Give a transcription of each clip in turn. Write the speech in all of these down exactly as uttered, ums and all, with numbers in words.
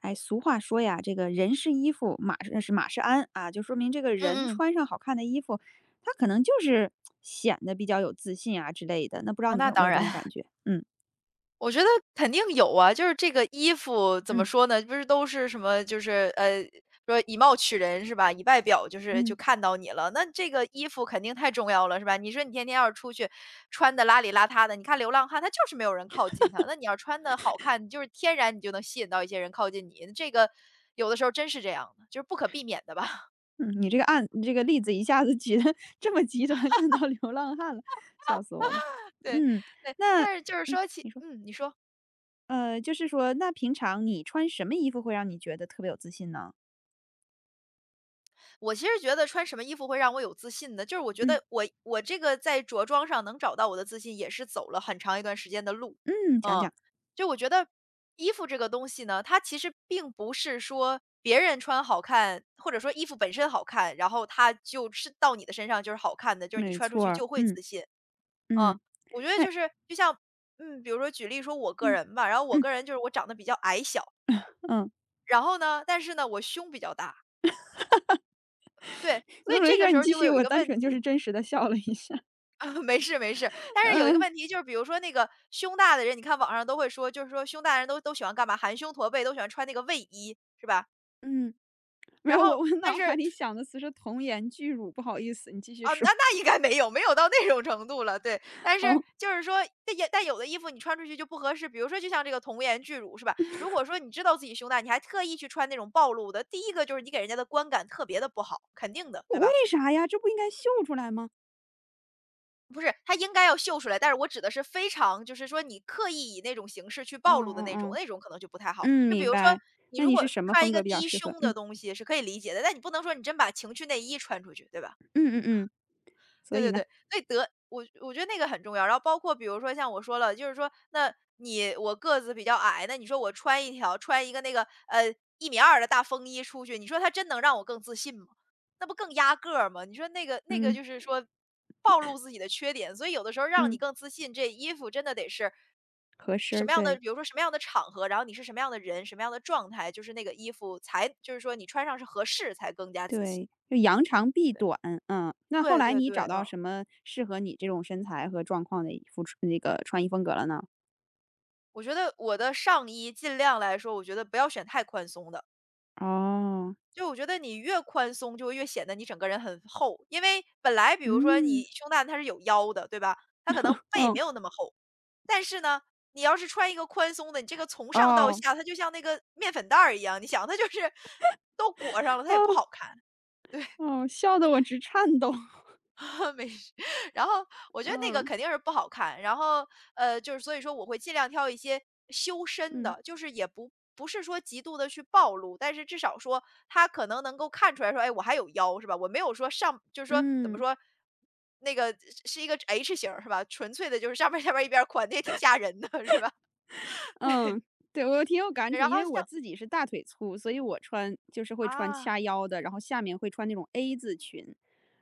哎，俗话说呀，这个人是衣服，马是呃是马是鞍啊，就说明这个人嗯嗯，穿上好看的衣服，他可能就是显得比较有自信啊之类的。那不知道哦，你那有没当有这然，种感 觉？嗯我觉得肯定有啊。就是这个衣服怎么嗯说呢？不是都是什么，就是呃，说以貌取人是吧？以外表就是就嗯。看到你了，那这个衣服肯定太重要了，是吧？你说你天天要是出去穿的邋里邋遢的，你看流浪汉他就是没有人靠近他，那你要穿的好看，你就是天然你就能吸引到一些人靠近你，这个有的时候真是这样的，就是不可避免的吧？嗯，你这个案你这个例子一下子举的 这么极端，干到流浪汉了，笑死我了。对嗯，对，那但是就是嗯，说起你说，嗯，你说。呃，就是说，那平常你穿什么衣服会让你觉得特别有自信呢？我其实觉得穿什么衣服会让我有自信呢？就是我觉嗯得我我这个在着装上能找到我的自信，也是走了很长一段时间的路。嗯，讲嗯，讲。就我觉得衣服这个东西呢，它其实并不是说别人穿好看，或者说衣服本身好看，然后它就是到你的身上就是好看的，就是你没穿出错去儿，就会嗯自信。嗯，嗯，我觉得那就是就像嗯，比如说举例说我个嗯嗯人吧，然后我嗯。个人就是我长得比较矮小，然后呢，但是呢我胸比较大，对，所以那没这事个儿，时你候继就会续。有一我个单问纯就题，是真实的笑了一下。啊，没事没事。但是有一个嗯，问题，就是比如说那个胸大的人，你看网上都会说，就是说胸大的人都都喜欢干嘛？含胸驼背，都喜欢穿那个卫衣，是吧？嗯。没然有，我后，我但脑海是里想的词是童颜巨乳，不好意思，你继续啊，那说。那应该没有，没有到那种程度了，对。但是哦，就是说，但也但有的衣服你穿出去就不合适，比如说就像这个童颜巨乳，是吧？如果说你知道自己胸大，你还特意去穿那种暴露的，第一个就是你给人家的观感特别的不好，肯定的，对为吧？啥呀？这不应该秀出来吗？不是，他应该要秀出来，但是我指的是非常就是说你刻意以那种形式去嗯暴露的嗯那种，嗯那种可能就不太好。嗯，就比明如说，白。你那如你是果什么穿一风个格比较低适合？胸的嗯，东西是可以理解的，但你不能说你真把情趣内衣穿出去，对吧？嗯嗯嗯，所对以对呢？对，所以得我我觉得那个很重要。然后包括比如说像我说了，就是说那你我个子比较矮，那你说我穿一条穿一个那个呃一米二的大风衣出去，你说它真能让我更自信吗？那不更压个儿吗？你说那个那个嗯就是说暴露自己的缺点，所以有的时候让你嗯，更自信，这衣服真的得是合身什儿，么样的，对比如说什么样的场合，然后你是什么样的人，什么样的状态，就是那个衣服才就是说你穿上是合适才更加自信。对，就扬长避短，嗯。那后对来对你对，找到什嗯。么适合你这种身材和状况的衣服那个穿衣风格了呢？我觉得我的上衣尽量来说，我觉得不要选太宽松的。哦，就我觉得你越宽松，就会越显得你整个人很厚，因为本来比如说你嗯，胸大它是有腰的，对吧？它可能背没嗯，有那么厚，但是呢，你要是穿一个宽松的，你这个从上到哦，下，它就像那个面粉袋儿一样，你想它就是都裹上了，它也哦，不好看。哦，笑得我直颤抖。没事。然后我觉得那个嗯，肯定是不好看，然后，呃，就是所以说我会尽量挑一些修身嗯，的，就是也不不是说极度的去暴露，但是至少说他可能能够看出来说，哎，我还有腰是吧？我没有说上就是说怎么嗯。说，那个是一个 H 型儿是吧？纯粹的就是上边下边一边宽，的也挺吓人的是吧？嗯，对，我挺有感触，然因后为我像自己是大腿粗，所以嗯，我穿就是会穿啊。掐腰的，然后下面会穿那种 A 字裙。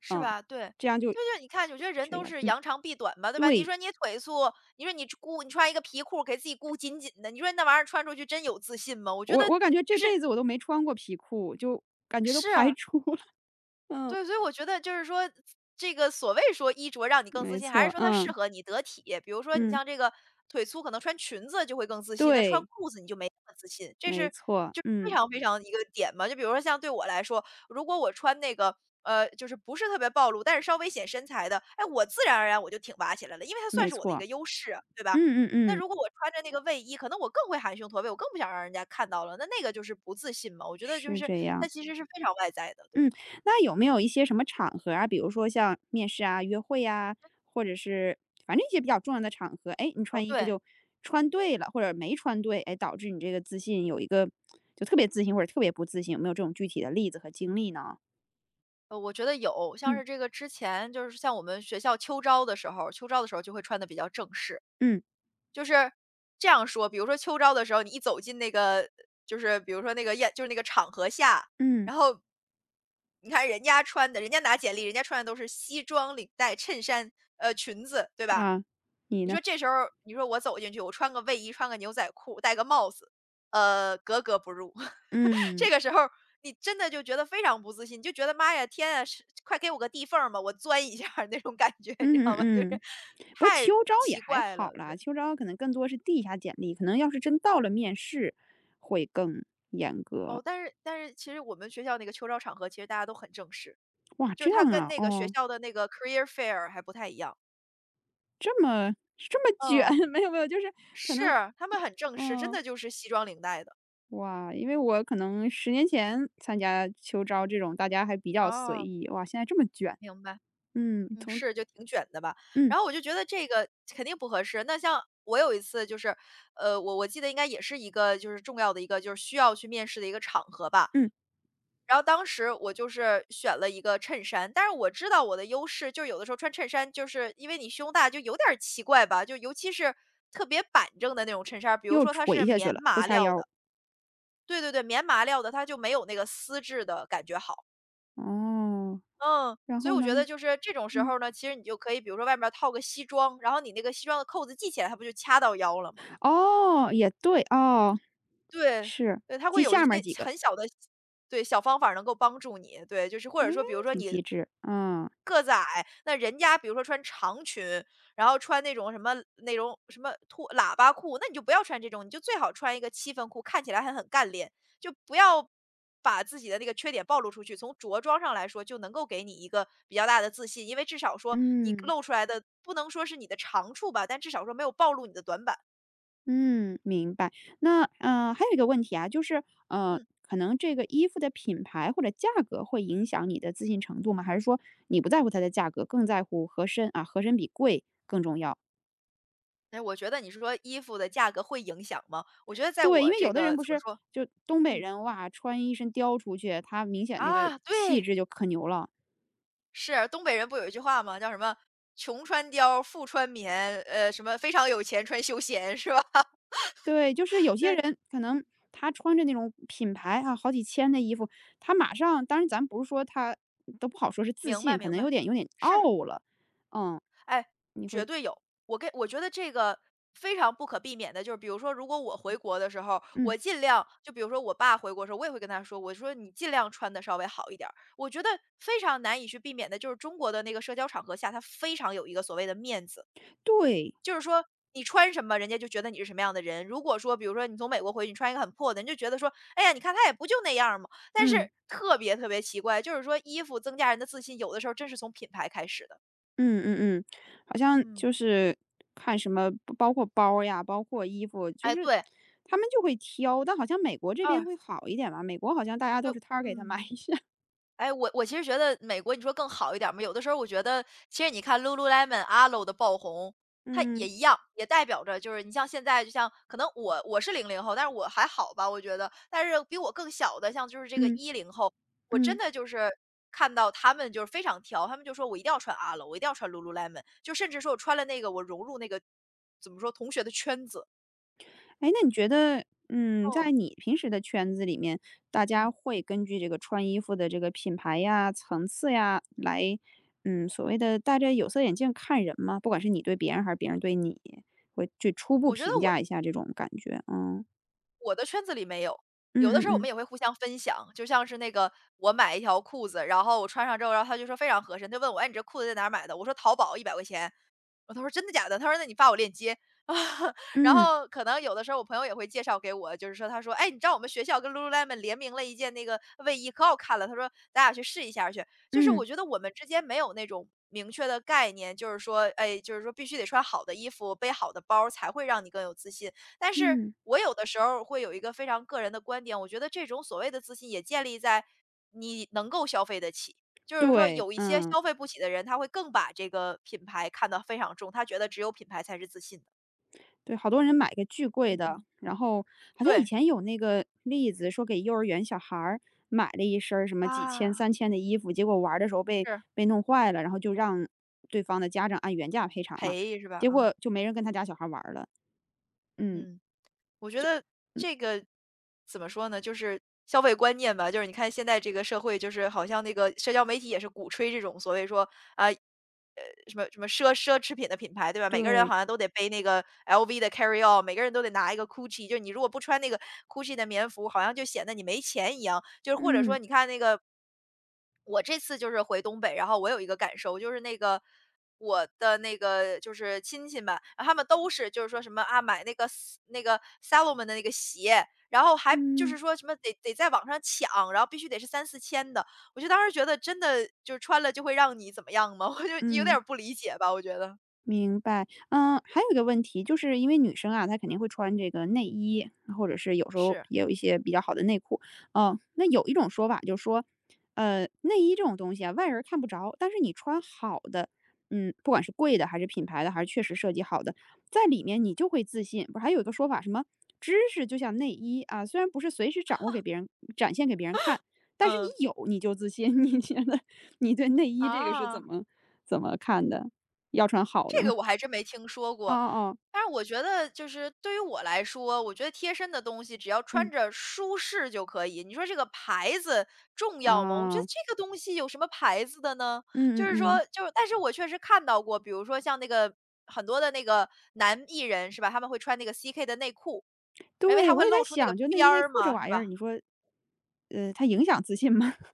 是嗯，吧？对，这样就所以就是你看，我觉得人缺都下去，是嗯，扬长避短嘛，对吧？你对，说你腿粗，你说你箍，你穿一个皮裤给自己箍紧紧的，你说那玩意儿穿出去真有自信吗？我觉我得我感觉就这是辈子我都没穿过皮裤，就感觉都排是。除了。嗯，对，所以我觉得就是说，这个所谓说衣着让你更自没信，还是错，说它适嗯，合你得体。比如说你嗯，像这个腿粗，可能穿裙子就会更自信，那穿对，裤子你就没那么自信，这没是错，就非嗯，常非常一个点嘛。就比如说像对我来说，如果我穿那个呃，就是不是特别暴露，但是稍微显身材的，哎，我自然而然我就挺拔起来了，因为它算没是我的一错，个优势，对吧？嗯嗯那嗯，如果我穿着那个卫衣，可能我更会含胸驼背，我更不想让人家看到了，那那个就是不自信嘛。我觉得就是是这它样。其实是非常外在的，对。嗯，那有没有一些什么场合啊，比如说像面试啊、约会呀，或者是反正一些比较重要的场合，哎，你哦，穿衣服对。就穿对了，或者没穿对，哎，导致你这个自信有一个就特别自信或者特别不自信，有没有这种具体的例子和经历呢？呃，我觉得有，像嗯是这个之前就是像我们学校秋招的时候，秋招的时候就会穿的比较正式。嗯就是这样说，比如说秋招的时候，你一走进那个就是比如说那个宴就是那个场合下，嗯，然后你看人家穿的，人家拿简历，人家穿的都是西装、领带、衬衫、呃，裙子，对吧？啊，你你呢？说这时候，你说我走进去，我穿个卫衣，穿个牛仔裤，戴个帽子，呃，格格不入。嗯。这个时候，你真的就觉得非常不自信，你就觉得妈呀，天啊，是快给我个地缝儿吧，我钻一下儿那种感觉，你知嗯嗯道吗？就是嗯，不过太秋招也奇还怪好了，对。啦，秋招可能更多是递一下简历，可能要是真到了面试，会更严哦，格。但是但是其实我们学校那个秋招场合，其实大家都很正式，哇，就是这它样跟啊，那个学哦，校的那个 career fair 还不太一样。这么这么卷？嗯，没有没有，就是可是，能他们很正式，真嗯，的就是西装领带的。哇，因为我可能十年前参加秋招这种，大家还比较随哦，意，哇，现在这么卷。明白。嗯，嗯。从是，就挺卷的吧。嗯，然后我就觉得这个肯定不合适。那像我有一次就是，呃，我我记得应该也是一个就是重要的一个就是需要去面试的一个场合吧。嗯，然后当时我就是选了一个衬衫，但是我知道我的优势，就是有的时候穿衬衫就是因为你胸大就有点儿奇怪吧，就尤其是特别板正的那种衬衫儿比如又说它垂是下去棉了，不麻掐料的，腰。对对对，棉麻料的它就没有那个丝质的感觉好。哦，嗯，然所以后我呢？觉得就是这种时嗯，候呢，其实你就可以比如说外面套个西装，然后你那个西装的扣子系起来，它不就掐到腰了吗？哦，也对，哦，对，是，对，它会记有一下面儿些几个，很小的对，小方法能够帮助你，对，就是或哎者说比如说挺你机智，嗯，个子矮，那人家比如说穿长裙，然后穿那种什么那种什么兔喇叭裤，那你就不要穿这种，你就最好穿一个七分裤，看起来还很干练，就不要把自己的那个缺点暴露出去。从着装上来说，就能够给你一个比较大的自信，因为至少说你嗯。露出来的不能说是你的长处吧，但至少说没有暴露你的短板。嗯，明白。那嗯，还有一个问题啊，就是呃，嗯，可能这个衣服的品牌或者价格会影响你的自信程度吗？还是说你不在乎它的价格，更在乎合身啊？合身比贵更重要。哎，我觉得你是说衣服的价格会影响吗？我觉得在对，因我为这有的人个怎不么是说就东北嗯，人哇，穿一身貂出去，他明显那个啊，气对。质就可牛了。是，东北人不有一句话吗？叫什么“穷穿貂，富穿棉”，呃，什么“非常有钱穿休闲”，是吧？对，就 是有些对，人可能他穿着那种品牌啊，好几千的衣服，他马上，当然咱不是说他都不好说是自明信，白可明能有白，点有点是，傲了。嗯，哎，你绝会对有。我跟我觉得这个非常不可避免的，就是比如说，如果我回国的时候，嗯，我尽量就比如说我爸回国的时候，我也会跟他说，我说你尽量穿的稍微好一点儿。我觉得非常难以去避免的，就是中国的那个社交场合下，他非常有一个所谓的面子。对，就是说你穿什么，人家就觉得你是什么样的人。如果说比如说你从美国回去，你穿一个很破的，人就觉得说，哎呀，你看他也不就那样儿嘛。但是嗯，特别特别奇怪，就是说衣服增加人的自信，有的时候真是从品牌开始的。嗯嗯嗯，好像嗯。就是看什么包括包呀，包括衣服，就哎，是对，他们就会挑，但好像美国这二边会好一点吧，美国好像大家都对，是 t a r g 买嗯。一下，哎，我我其实觉得美国你说更好一点儿嘛，有的时候我觉得，其实你看 Lululemon、阿 l o 的爆红，它也嗯一样，也代表着就是你像现在，就像可能我我是零零后，但是我还好吧，我觉得，但是比我更小的，像就是这个嗯一零后，我真嗯。的就是看到他们就是非常挑，他们就说我一定要穿阿 l o 我一定要穿 Lululemon，就甚至说我穿了那个，我融入那个怎么说同学的圈子，哎，那你觉得，嗯，在嗯，你平时的圈子里面，大嗯家会根据这个穿衣服的这个品牌呀、层次呀，来，嗯，所谓的戴着有色眼镜看人吗？不管是你对别人还是别人对你，会去初步我觉得评我价一下这种感觉。嗯我的圈子里没有，有的嗯时候我们嗯也会互相分享，就像是那个我买一条裤子，然后我穿上之后，然后他就说非常合身，他就问我：“哎，你这裤子在哪儿买的？”我说：“淘宝一百块钱。”然后他说：“真的假的？”他说：“那你发我链接。啊。然嗯嗯后可能有的时候我朋友也会介绍给我，就是说他说：“哎，你知道我们学校跟 Lululemon 联名了一件那个卫衣，可好看了。”他说：“咱俩去试一下去。”就是嗯我觉得我们之间没有那种明确的概念，就是说，哎，就是说必须得穿好的衣服、背好的包儿，才会让你更有自信。但是嗯，我有的时候会有一个非常个人的观点，我觉得这种所谓的自信也建立在你能够消费得起。就是说对，有一些嗯。消费不起的人，他会更把这个品牌看得非常重，他觉得只有品牌才是自信的。对，好多人买个巨贵嗯的，嗯。然后好像以对，前有那个例子说给幼儿园小孩儿买了一身儿什么几啊，千、三千的衣服，结果玩儿的时候被是，被弄坏了，然后就让对方的家长按原价赔偿嘛，赔是吧？结嗯，果就没人跟他家小孩玩儿了。嗯，嗯。我觉得嗯，这个怎么说呢，就是消费观念吧。就是你看现在这个社会，就是好像那个社交媒体也是鼓吹这种所谓说啊，呃，什么什么奢奢侈品的品牌，对吧？每个人对，好像都得背那个 L V 的 carryall，每个人都得拿一个 GUCCI。就你如果不穿那个 GUCCI 的棉服，好像就显得你没钱一样。就是或者说，嗯，你看那个。我这次就是回东北，然后我有一个感受，就是那个我的那个就是亲戚们，然后他们都是就是说什么啊，买那个 s- 那个 Salomon 的那个鞋，然后还就是嗯，说什么得得在网上抢，然后必须得是三四千的。我就当时觉得真的就是穿了就会让你怎么样吗？我就有点嗯。儿不理解吧，我觉得，明白，嗯，还有一个嗯，问题，就是因为女生啊，她肯定会穿这个内衣，或者是有时候是，也有一些比较好的内裤，嗯，那有一种说法就是说，呃，内衣这种东西啊，外人看不着，但是你穿好的，嗯，不管是贵的还是品牌的，还是确实设计好的，在里面你就会自信。不是还有一个说法，什么知识就像内衣啊，虽然不是随时掌握给别人展现给别人看，但是嗯你有你就自信。你觉得你对内衣这个是啊，怎么怎么看的？要穿好的这个吗？我还真没听说哦过。哦，哦，但是我觉得就是对于我来说，我觉得贴身的东西只要穿嗯，着舒适就可以。你说这个牌子重要吗？我觉啊，得嗯这个东西有什么牌子的呢？就嗯是嗯，说，就是但是我确实看到过，比如说像那个很多的那个男艺人是吧，他们会穿那个 C K 的内裤，因为对，他会我也在露出那个想，就内边衣内儿裤这嘛，是玩意儿，吧？你说，呃，它影响自信吗？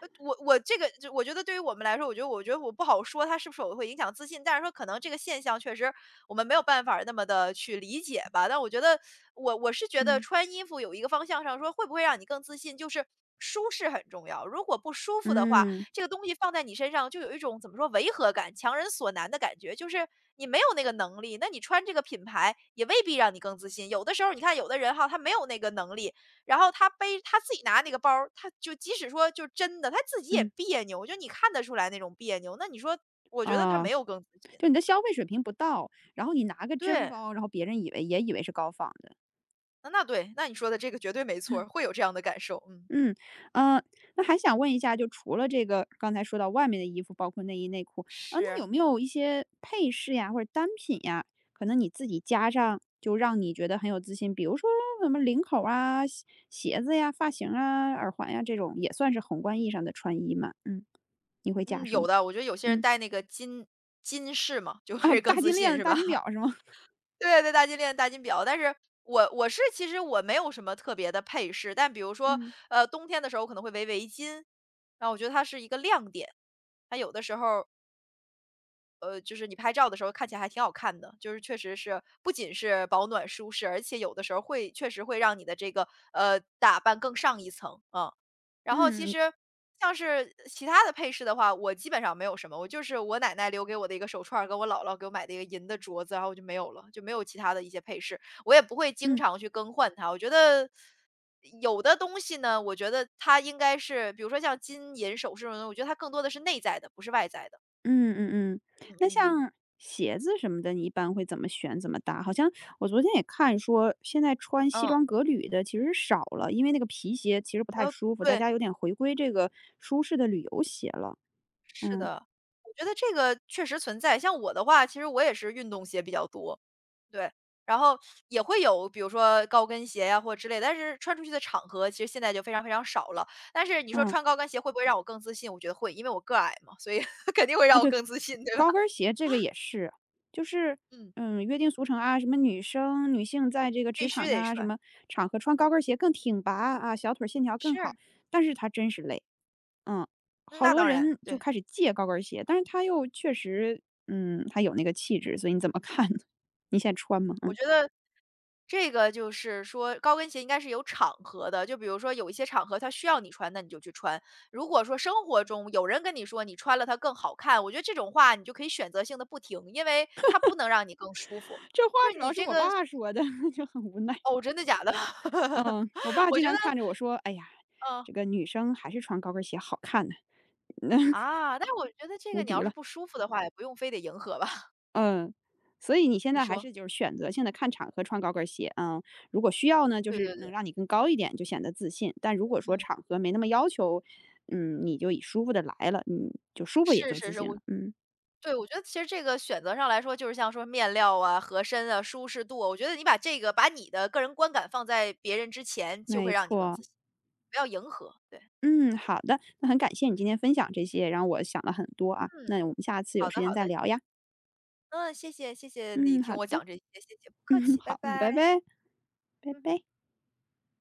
呃我我这个就我觉得对于我们来说，我觉得我觉得我不好说它是不是会影响自信，但是说可能这个现象确实我们没有办法儿那么的去理解吧。但我觉得我我是觉得嗯穿衣服有一个方向上说会不会让你更自信，就是舒适很重要。如果不舒服的话，嗯这个东西放在你身上就有一种怎么说违和感、强人所难的感觉，就是你没有那个能力，那你穿这个品牌也未必让你更自信。有的时候你看有的人哈，他没有那个能力，然后他背他自己拿那个包儿，他就即使说就真的，他自己也嗯，别扭，就你看得出来那种别扭。那你说，我觉得他啊，没有更自信。就你的消费水平不到，然后你拿个真对，包，然后别人以为也以为是高仿的。那那对，那你说的这个绝对没错儿，会有这样的感受，嗯。嗯，呃，那还想问一下，就除了这个刚才说到外面的衣服，包括内衣内裤，啊，那有是，没有一些配饰呀，或者单品呀，可能你自己加上就让你觉得很有自信？比如说什么领口啊、鞋鞋子呀、发型啊、耳环呀，这种也算是宏观意义上的穿衣嘛？嗯，你会加嗯，什有么？的，我觉得有些人嗯，戴那个金金饰嘛，就哦，会大更自金链信，子、是大吧？金表 是吗？对对，大金链、大金表。但是我我是其实我没有什么特别的配饰，但比如说，嗯呃，冬天的时候我可能会围围巾，然后我觉得它是一个亮点。它有的时候呃，就是你拍照的时候看起来还挺好看的，就是确实是不仅是保暖舒适，而且有的时候会确实会让你的这个，呃，打扮更上一层，啊。然后其嗯嗯。实像是其他的配饰的话，我基本上没有什么，我就是我奶奶留给我的一个手串儿，跟我姥姥给我买的一个银的镯子，然后我就没有了，就没有其他的一些配饰，我也不会经常去更换它。我觉得有的东西呢，我觉得它应该是比如说像金银首饰这种东西，我觉得它更多的是内在的，不是外在的，嗯嗯嗯，嗯嗯那嗯。像鞋子什么的，你一般会怎么选、怎么搭？好像我昨天也看说，现在穿西嗯。装革履的其实少了，因为那个皮鞋其实不太呃，舒服，大对，家有点回归这个舒适的旅游鞋了。是嗯的，我觉得这个确实存在。像我的话，其实我也是运动鞋比较多，对，然后也会有比如说高跟鞋呀或之类，但是穿出去的场合其实现在就非常非常少了。但是你说嗯，穿高跟鞋会不会让我更自信？我觉得会，因为我个矮嘛，所以 肯定会啊让我对，更自信，对吧？高跟儿鞋这个也是，就是嗯，嗯约定俗成啊，什么女生女性在这个必职须场上得啊，什穿，么场合穿高跟儿鞋更挺拔啊，小腿儿线条更是，好，但是它真是累。嗯，嗯好那多当然，人就对，开始借高跟鞋，但是他又确实，嗯，他有那个气质，所以你怎么看呢？你现在穿吗？我嗯，觉得这个就是说高跟鞋应该是有场合的，就比如说有一些场合它需要你穿，那你就去穿。如果说生活中有人跟你说你穿了它更好看，我觉得这种话你就可以选择性的不听，因为它不能让你更舒服。这话就是主你要是这我个爸说的，就很无奈。哦，真的假的？嗯，我爸我经觉得常看着我说："哎呀，嗯，这个女生还是穿高跟鞋好看呢，那 啊，但是我觉得这个无你敌要是了。"不舒服的话，也不用非得迎合吧，嗯，所以你现你在还说，是就是选择性的看场合穿高跟鞋啊，嗯如果需要呢，就对对是能对，让你更高一点，就显得自信。但如果说嗯，场合没那么要求，嗯，你就以舒服的来了，你就舒服也是就是自是，信我了，嗯。对，我觉得其实这个选择上来说，就是像说面料啊、合身啊、舒适度啊，我觉得你把这个把你的个人观感放在别人之前，就会没让你更错，自信，不要迎合。对，嗯，好的，那很感谢你今天分享这些，让我想了很多啊。嗯，那我们下次有好的时好间再的，聊呀。嗯，谢谢谢谢你嗯，听好我的，讲这些，谢谢，不 客嗯，气，拜好，嗯，拜，拜拜，拜嗯哼。拜。